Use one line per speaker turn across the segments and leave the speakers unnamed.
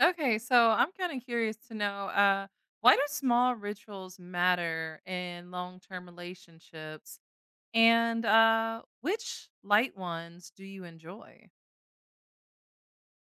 Okay, so I'm kind of curious to know, why do small rituals matter in long term relationships? And which light ones do you enjoy?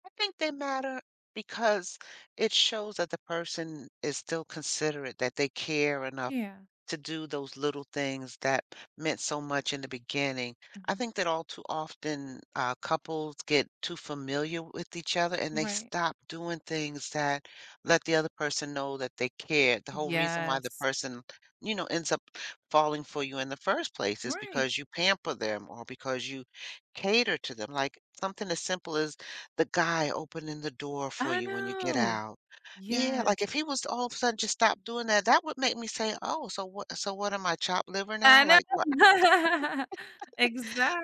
I think they matter because it shows that the person is still considerate, that they care enough
Yeah.
to do those little things that meant so much in the beginning. I
Mhm.
think that all too often couples get too familiar with each other and they
Right.
stop doing things that let the other person know that they care. The whole reason why the
Yes.
person, you know, ends up falling for you in the first place is
Right.
because you pamper them or because you cater to them. Like something as simple as the guy opening the door for
I
you when you get
know.
out, yeah,
Yes.
like if he was to all of a sudden just stop doing that, that would make me say, "Oh, so what, so what am I, chopped liver
I
now?" Like, what,
know.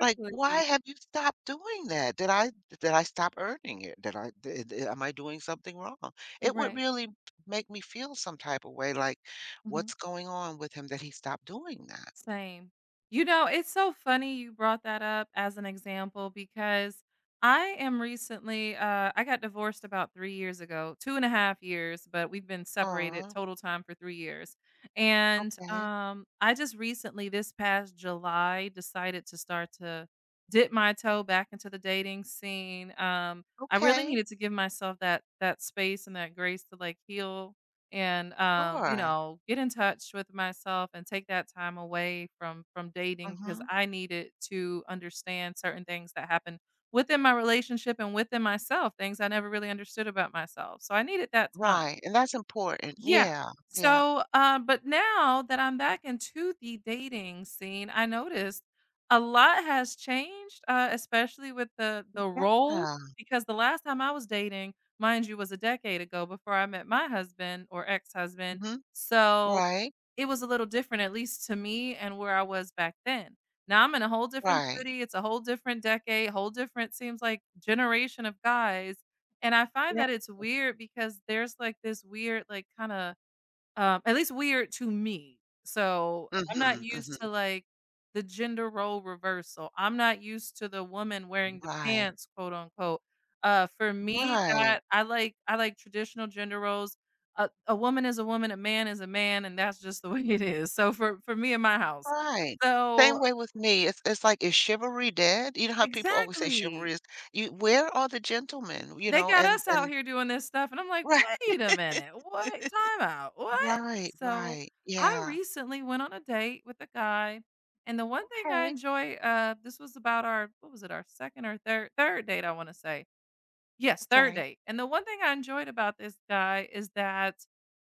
like, "Why have you stopped doing that? Did I stop earning it? Did I did am I doing something wrong?" It would
Right.
really make me feel some type of way, like, what's going on with him that he stopped doing that?
Same. You know, it's so funny you brought that up as an example because I am recently, I got divorced about 3 years ago, two and a half years, but we've been separated
Oh,
total time for 3 years. And
okay.
I just recently, this past July, decided to start to dip my toe back into the dating scene. I really
Okay,
needed to give myself that space and that grace to like heal and you
sure.
know, get in touch with myself and take that time away from dating because
hmm
I needed to understand certain things that happened within my relationship and within myself, things I never really understood about myself. So I needed that time.
Right. And that's important.
Yeah.
Yeah. Yeah.
So, but now that I'm back into the dating scene, I noticed a lot has changed, especially with the role
Yeah.
because the last time I was dating, mind you, was a decade ago before I met my husband or ex-husband.
hmm
So
Right.
it was a little different, at least to me and where I was back then. Now I'm in a whole different
Right.
city. It's a whole different decade, whole different seems like generation of guys. And I find
Yes.
that it's weird because there's like this weird, like kind of at least weird to me. So, I'm not
hmm
used
hmm
to, like, the gender role reversal. I'm not used to the woman wearing the
Right,
pants, quote, unquote. For me,
right,
that I like traditional gender roles. A woman is a woman, a man is a man, and that's just the way it is. So, for me in my house.
right. Same
So
way with me. It's like, is chivalry dead? You know how people always say
exactly.
chivalry is, you, where are the gentlemen, you
They
know,
got us out
and
here doing this stuff, and I'm like,
right.
"Wait a minute, what? Time out, what?"
Right,
So,
right.
I
Yeah.
recently went on a date with a guy, and the one thing I
Okay,
enjoy, this was about our what was it, our 2nd or 3rd date, I wanna say. Yes, third
okay.
date. And the one thing I enjoyed about this guy is that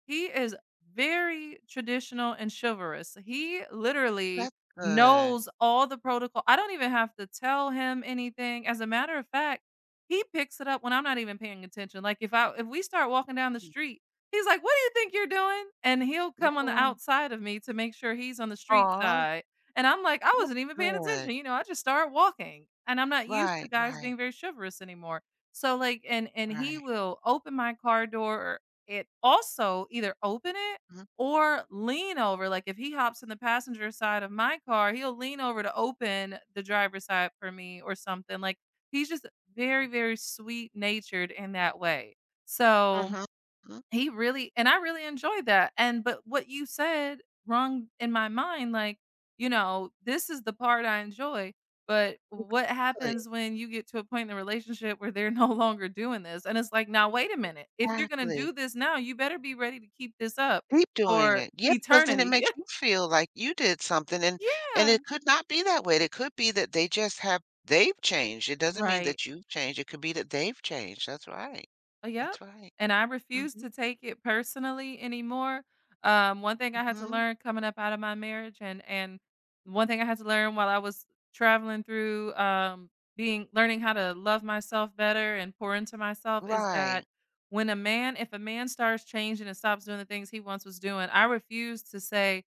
he is very traditional and chivalrous. He literally
That's good.
knows all the protocol. I don't even have to tell him anything. As a matter of fact, he picks it up when I'm not even paying attention. Like if we start walking down the
Mm,
street, he's like, "What do you think you're doing?" And he'll
look
come on the
the,
outside of me to make sure he's on the street
aw,
side. And I'm like, "I
that's
wasn't even paying attention."
good.
You know, I just start walking. And I'm not used to
Right,
guys being
right,
very chivalrous anymore. So like and he
right.
will open my car door. Or it also either open it
Mhm,
or lean over. Like if he hops in the passenger side of my car, he'll lean over to open the driver's side for me or something. Like he's just very, very sweet natured in that way. So
mhm, mhm.
he really and I really enjoyed that, and but what you said rung in my mind, like, you know, this is the part I enjoy, but what
Exactly,
happens when you get to a point in the relationship where they're no longer doing this? And it's like, "Now wait a minute. If you're gonna
exactly.
do this now, you better be ready to keep this up
Keep doing
for
it. Yeah, because then it
eternity."
makes you feel like you did something and
Yeah.
it could not be that way. It could be that they just have, they've changed. It doesn't mean
Right.
that you've changed. It could be that they've changed. That's right.
Yep.
That's right.
And I refuse
Mhm,
to take it personally anymore. One thing I had to
mhm.
learn coming up out of my marriage, and one thing I had to learn while I was traveling through being learning how to love myself better and pour into myself is that
Right.
when a man if a man starts changing and stops doing the things he once was doing, I refuse to say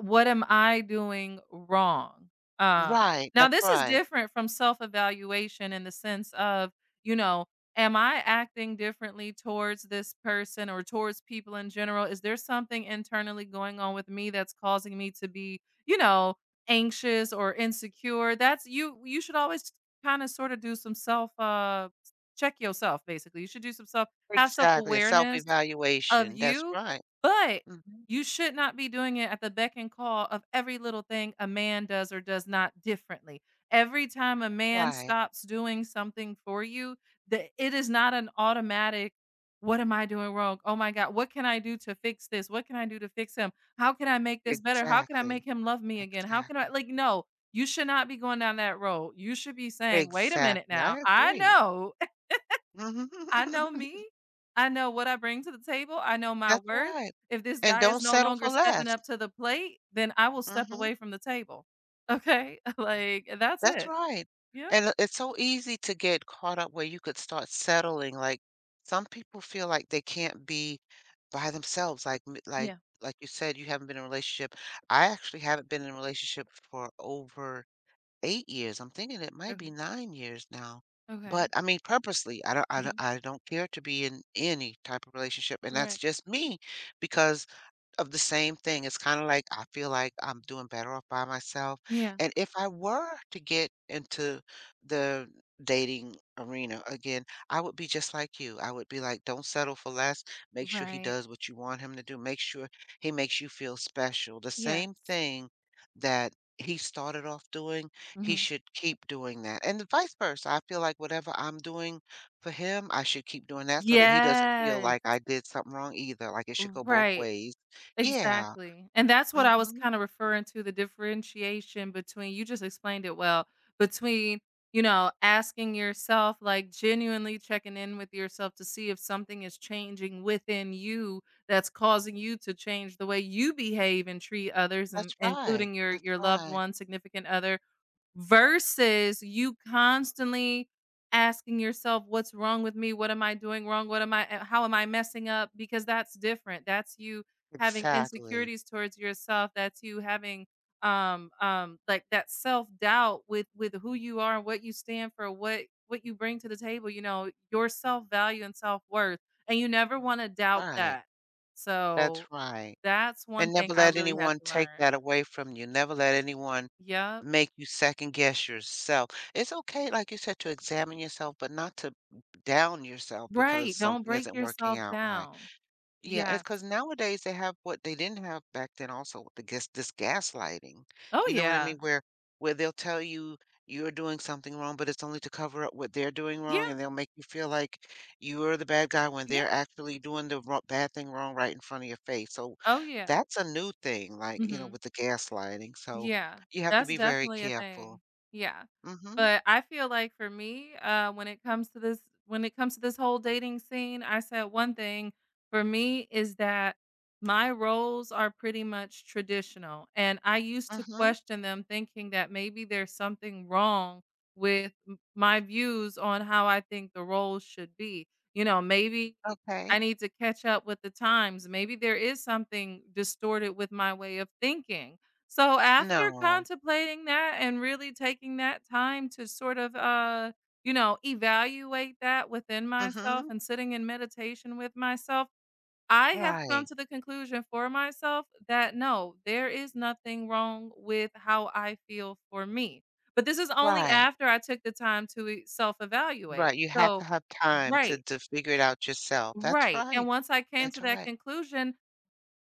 what am I doing wrong? Um,
Right.
Now
That's
this is
right.
different from self-evaluation in the sense of, you know, am I acting differently towards this person or towards people in general? Is there something internally going on with me that's causing me to be, you know, anxious or insecure? That's you should always kind of sort of do some self check yourself basically. You should do some self have
Exactly. A
self-awareness of
self-evaluation. That's
you,
right.
but
Mhm.
you should not be doing it at the beck and call of every little thing a man does or does not differently. Every time a man
Right.
stops doing something for you, that it is not an automatic, "What am I doing wrong? Oh my god, what can I do to fix this? What can I do to fix him? How can I make this better? How can I make
Exactly.
him love me again? How can I"
Exactly.
like, no, you should not be going down that road. You should be saying, "Wait a minute
Exactly.
now.
I agree.
I know me. I know what I bring to the table. I know my
That's
worth.
right.
If this
And
guy is
don't
no
settle
longer
for
stepping
less.
up to the plate, then I will step
Mhm.
away from the table. Okay?" Like, that's
That's
it.
right.
Yep.
And it's so easy to get caught up where you could start settling. Like some people feel like they can't be by themselves. Like
Yeah.
like you said, you haven't been in a relationship. I actually haven't been in a relationship for over 8 years. I'm thinking it might be
Okay.
9 years now. But
Okay.
I mean, purposely, I don't, I don't,
Mhm.
I don't care to be in any type of relationship, and that's
Right.
just me, because of the same thing, it's kinda like, I feel like I'm doing better off by myself,
Yeah.
and if I were to get into the dating arena again, I would be just like you, I would be like, "Don't settle for less, make sure he
Right.
does what you want him to do, make sure he makes you feel special." The
Yes.
same thing that he started off doing,
Hmm.
he
Mhm.
should keep doing that, and vice versa, I feel like whatever I'm doing for him, I should keep doing that so that he doesn't feel
Yes.
like I did something wrong either, like, it should go both
Right.
ways. Yeah,
Exactly, and that's what I was
mhm,
kinda referring to the differentiation between you just explained it well, between, you know, asking yourself, like, genuinely checking in with yourself to see if something is changing within you that's causing you to change the way you behave and treat others, and
that's right,
including your
that's
your loved
right.
one, significant other, versus you constantly asking yourself what's wrong with me? What am I doing wrong? What am I, how am I messing up? Because that's different. That's you having
Exactly,
insecurities towards yourself. That's you having like that self-doubt with who you are and what you stand for, what you bring to the table, you know, your self-value and self-worth. And you never want to doubt
right,
that.
that's
So
right,
that's one
and
thing
never
I
let
really had
anyone
to
take
learn.
that away from you, never let anyone
Yep.
make you second guess yourself. It's okay, like you said, to examine yourself, but not to down yourself because
Right. Don't
something
break
isn't working
yourself
out right.
down.
Yeah, it's
Yes.
because nowadays they have what they didn't have back then also with the gas this gaslighting,
Oh,
you know what I
yeah.
mean? Where they'll tell you you're doing something wrong, but it's only to cover up what they're doing wrong,
Yeah,
and they'll make you feel like you're the bad guy when
yeah.
they're actually doing the wro bad thing wrong right in front of your face, so
Oh, yeah.
that's a new thing, like, you know,
Mhm.
with the gaslighting, so
Yeah,
you have to
that's
be very
definitely a
careful.
thing. Yeah.
Mhm,
But I feel like for me, when it comes to this when it comes to this whole dating scene, I said one thing for me is that my roles are pretty much traditional. And I used to
mhm,
question them thinking that maybe there's something wrong with my views on how I think the roles should be. You know, maybe I
okay.
need to catch up with the times. Maybe there is something distorted with my way of thinking so after
No.
contemplating that and really taking that time to sort of, you know, evaluate that within myself
Mhm.
and sitting in meditation with myself, I have come
Right,
to the conclusion for myself that no, there is nothing wrong with how I feel for me. But this is only
right.
after I took the time to self evaluate.
Right, you have to
So,
have time
right,
to figure it out yourself. That's
right. And
right,
once I came to
that's
that
right.
conclusion,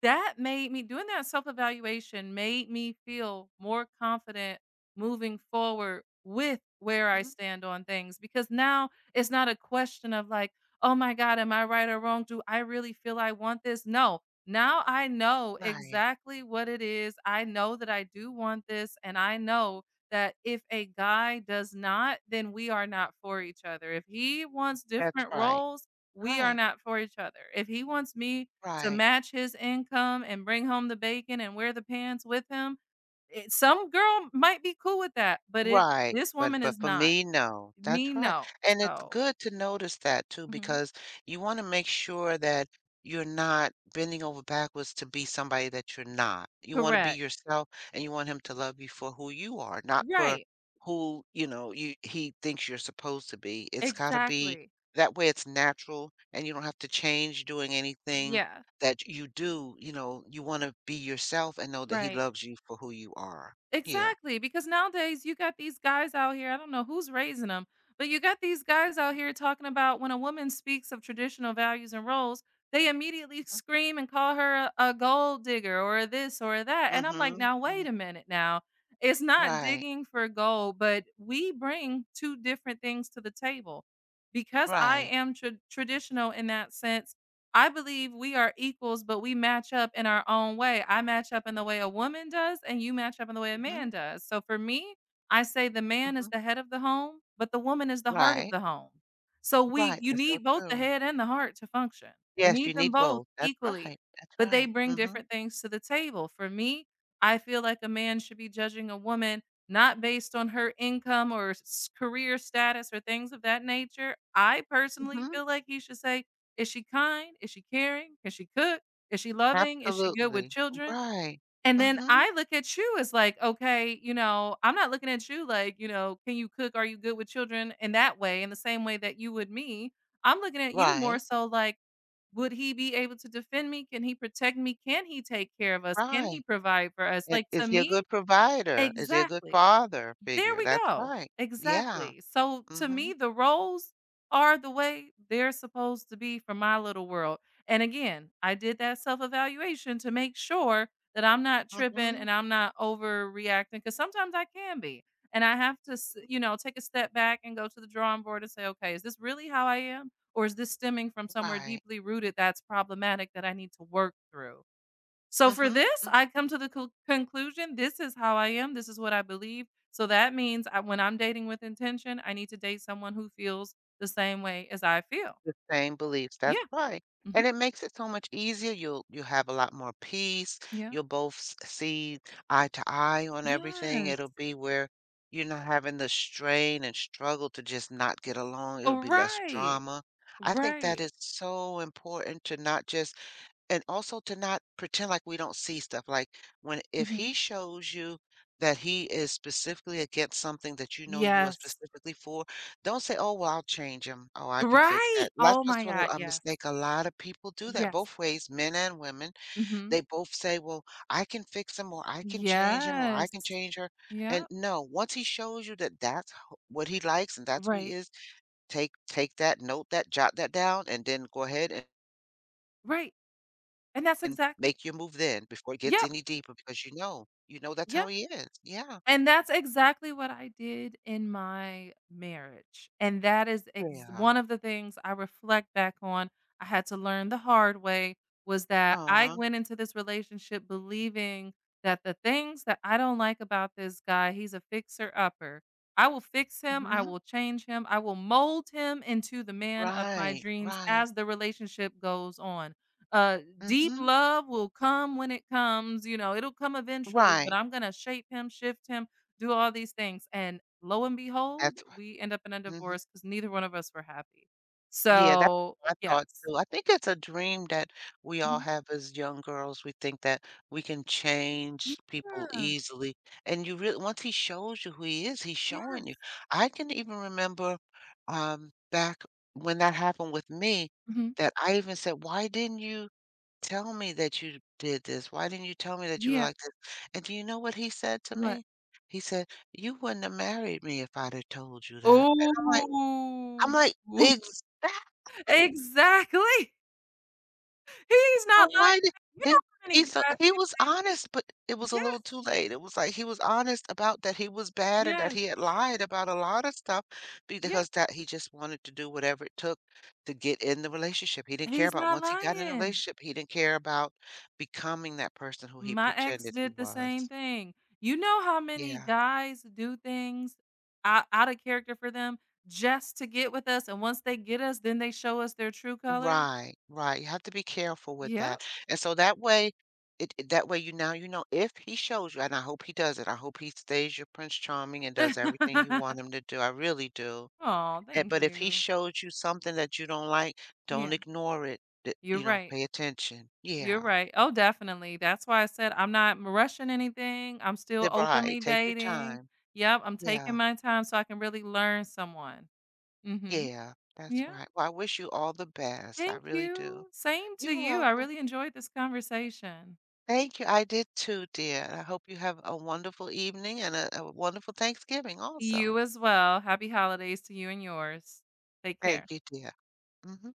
that made me doing that self-evaluation made me feel more confident moving forward with where I
Mhm,
stand on things, because now it's not a question of like, "Oh my god, am I right or wrong? Do I really feel I want this?" No. Now I know
right.
exactly what it is. I know that I do want this, and I know that if a guy does not, then we are not for each other. If he wants
That's
different
right.
roles, we are
Right,
not for each other. If he wants me to
right.
match his income and bring home the bacon and wear the pants with him. It some girl might be cool with that, but it
Right,
this woman
but
is
for
not.
me, no.
Me,
That's right,
no.
and it's
So
good to notice that too
mhm.
because you wanna make sure that you're not bending over backwards to be somebody that you're not. You wanna be
Correct.
yourself, and you want him to love you for who you are, not for
Right.
who, you know, you he thinks you're supposed to be. It's gotta be
Exactly.
that way, it's natural, and you don't have to change doing anything
Yeah.
that you do, you know, you wanna be yourself and know that he
Right.
loves you for who you are. Yeah.
Exactly, because nowadays you got these guys out here, I don't know who's raising them, but you got these guys out here talking about when a woman speaks of traditional values and roles, they immediately scream and call her a gold digger or a this or a that. And I'm like,
Mhm,
now wait
mhm.
a minute now. It's not
Right,
digging for gold, but we bring two different things to the table. Because I
right.
am traditional in that sense, I believe we are equals, but we match up in our own way. I match up in the way a woman does, and you match up in the way a
Mhm,
man does. So for me, I say the man is
mhm.
the head of the home, but the woman is the heart of
Right,
the home. So we
right,
you
that's so
need both the
true.
head and the heart to function. You
Yes,
need
you
them
need
both
both. That's
equally,
right, that's
but they
right.
bring
Mhm,
different things to the table. For me, I feel like a man should be judging a woman not based on her income or career status or things of that nature. I personally
mhm.
feel like he should say, is she kind? Is she caring? Can she cook? Is she loving? Is she good with
Absolutely.
children?
Right.
And then
Mhm.
I look at you as like, okay, you know, I'm not looking at you like, you know, can you cook? Are you good with children in that way, in the same way that you would me? I'm looking at you more
Right,
so like, would he be able to defend me? Can he protect me? Can he take care of us? Can he
right.
provide for us?
And
Like to
is he a
me,
good provider? Is he a good
exactly.
father
There
figure?
we
That's
go.
right. Yeah.
Exactly. So to me,
Mhm,
the roles are the way they're supposed to be for my little world. And again, I did that self evaluation to make sure that I'm not tripping
mhm.
and I'm not overreacting because sometimes I can be. And I have to, you know, take a step back and go to the drawing board and say, okay, is this really how I am? Or is this stemming from somewhere
Right.
deeply rooted that's problematic that I need to work through? So for
Mhm,
this, I
mhm.
come to the conclusion this is how I am, this is what I believe. So that means I, when I'm dating with intention, I need to date someone who feels the same way as I feel.
The same beliefs, that's
Yeah.
right,
Hmm.
and it makes it so much easier, you'll you have a lot more peace,
Yeah.
you'll both s see eye to eye on everything,
Yes.
it'll be where you're not having the strain and struggle to just not get along, it'll
Oh,
be less
right.
drama. I think that
Right.
is so important to not just and also to not pretend like we don't see stuff. Like when if
Hmm.
he shows you that he is specifically against something that you know you are
Yes.
specifically for, don't say, "Oh, well, I'll change him. Oh, I can fix
Right.
that." That's
Oh my
just what
God.
a
Yes.
mistake a lot of people do that
Yes.
both ways, men and women.
Hmm.
They both say, "Well, I can fix him, or I can change him, or I can
Yes.
change her."
Yeah.
And no, once he shows you that what he likes and that's who he
Right.
is, take that, note that, jot that down, and then go ahead
Right. And that's
and
exactly.
make your move then before it gets
Yep.
any deeper because you know that's how
Yep.
he is. Yeah.
And that's exactly what I did in my marriage, and that is ex
Yeah.
one of the things I reflect back on, I had to learn the hard way, was that I
Aw.
went into this relationship believing that the things that I don't like about this guy, he's a fixer-upper. I will fix him, I
Mhm.
will change him, I will mold him into the man of my
Right,
dreams
right.
as the relationship goes on. Uh, Deep
Mhm.
love will come when it comes, you know, it'll come eventually, but
Right.
I'm gonna shape him, shift him, do all these things, and lo and behold,
That's what,
we end up in a
mhm.
divorce because neither one of us were happy.
Yeah, that's
So,
what I thought
yes.
too. I think it's a dream that we all
Mhm.
have as young girls. We think that we can change people
Yeah.
easily, and you really, once he shows you who he is, he's showing
Yes.
you. I can even remember, back when that happened with me,
Mhm.
that I even said, "Why didn't you tell me that you did this. Why didn't you tell me that you were
Yeah.
like this?" And do you know what he said to
What?
me? He said, "You wouldn't have married me if I'd have told you that." And I'm like,
Oh.
I'm like, "Exactly."
Exactly. He's
So
not
why
lying.
did
You
he
know how many
he, so
guys
he
do
was honest, but it was a little
yes,
too late. It was like he was honest about that he was bad and that
yes,
he had lied about a lot of stuff
yeah.
because that he just wanted to do whatever it took to get in the relationship. He didn't care
He's
about,
not
once he got in a
lying.
relationship, he didn't care about becoming that person who he
My ex
pretended he
did the same
was.
thing. You know how many
Yeah.
guys do things ou out of character for them just to get with us, and once they get us, then they show us their true colors?
Right, right. You have to be careful with
Yep.
that. And so that way, that way you now you know if he shows you, and I hope he does it. I hope he stays your Prince Charming and does everything you want him to do. I really do.
Oh,
Eh,
thank
but if he
you.
shows you something that you don't like, don't
Yeah,
ignore it.
you're
You know,
right.
pay attention.
You're
Yeah.
right. Oh, definitely. That's why I said I'm not rushing anything. I'm still
Right.
openly
Take your
dating.
time.
Yep, I'm taking
Yeah.
my time so I can really learn someone. Mhm.
Yeah. That's
Yeah.
right. Well, I wish you all the best. I
Thank
really do.
you. Same to
You're
you. I
welcome.
really enjoyed this conversation.
Thank you. I did too, dear. I hope you have a wonderful evening and a wonderful Thanksgiving also.
You as well. Happy holidays to you and yours. Take care.
Thank you, dear. Hmm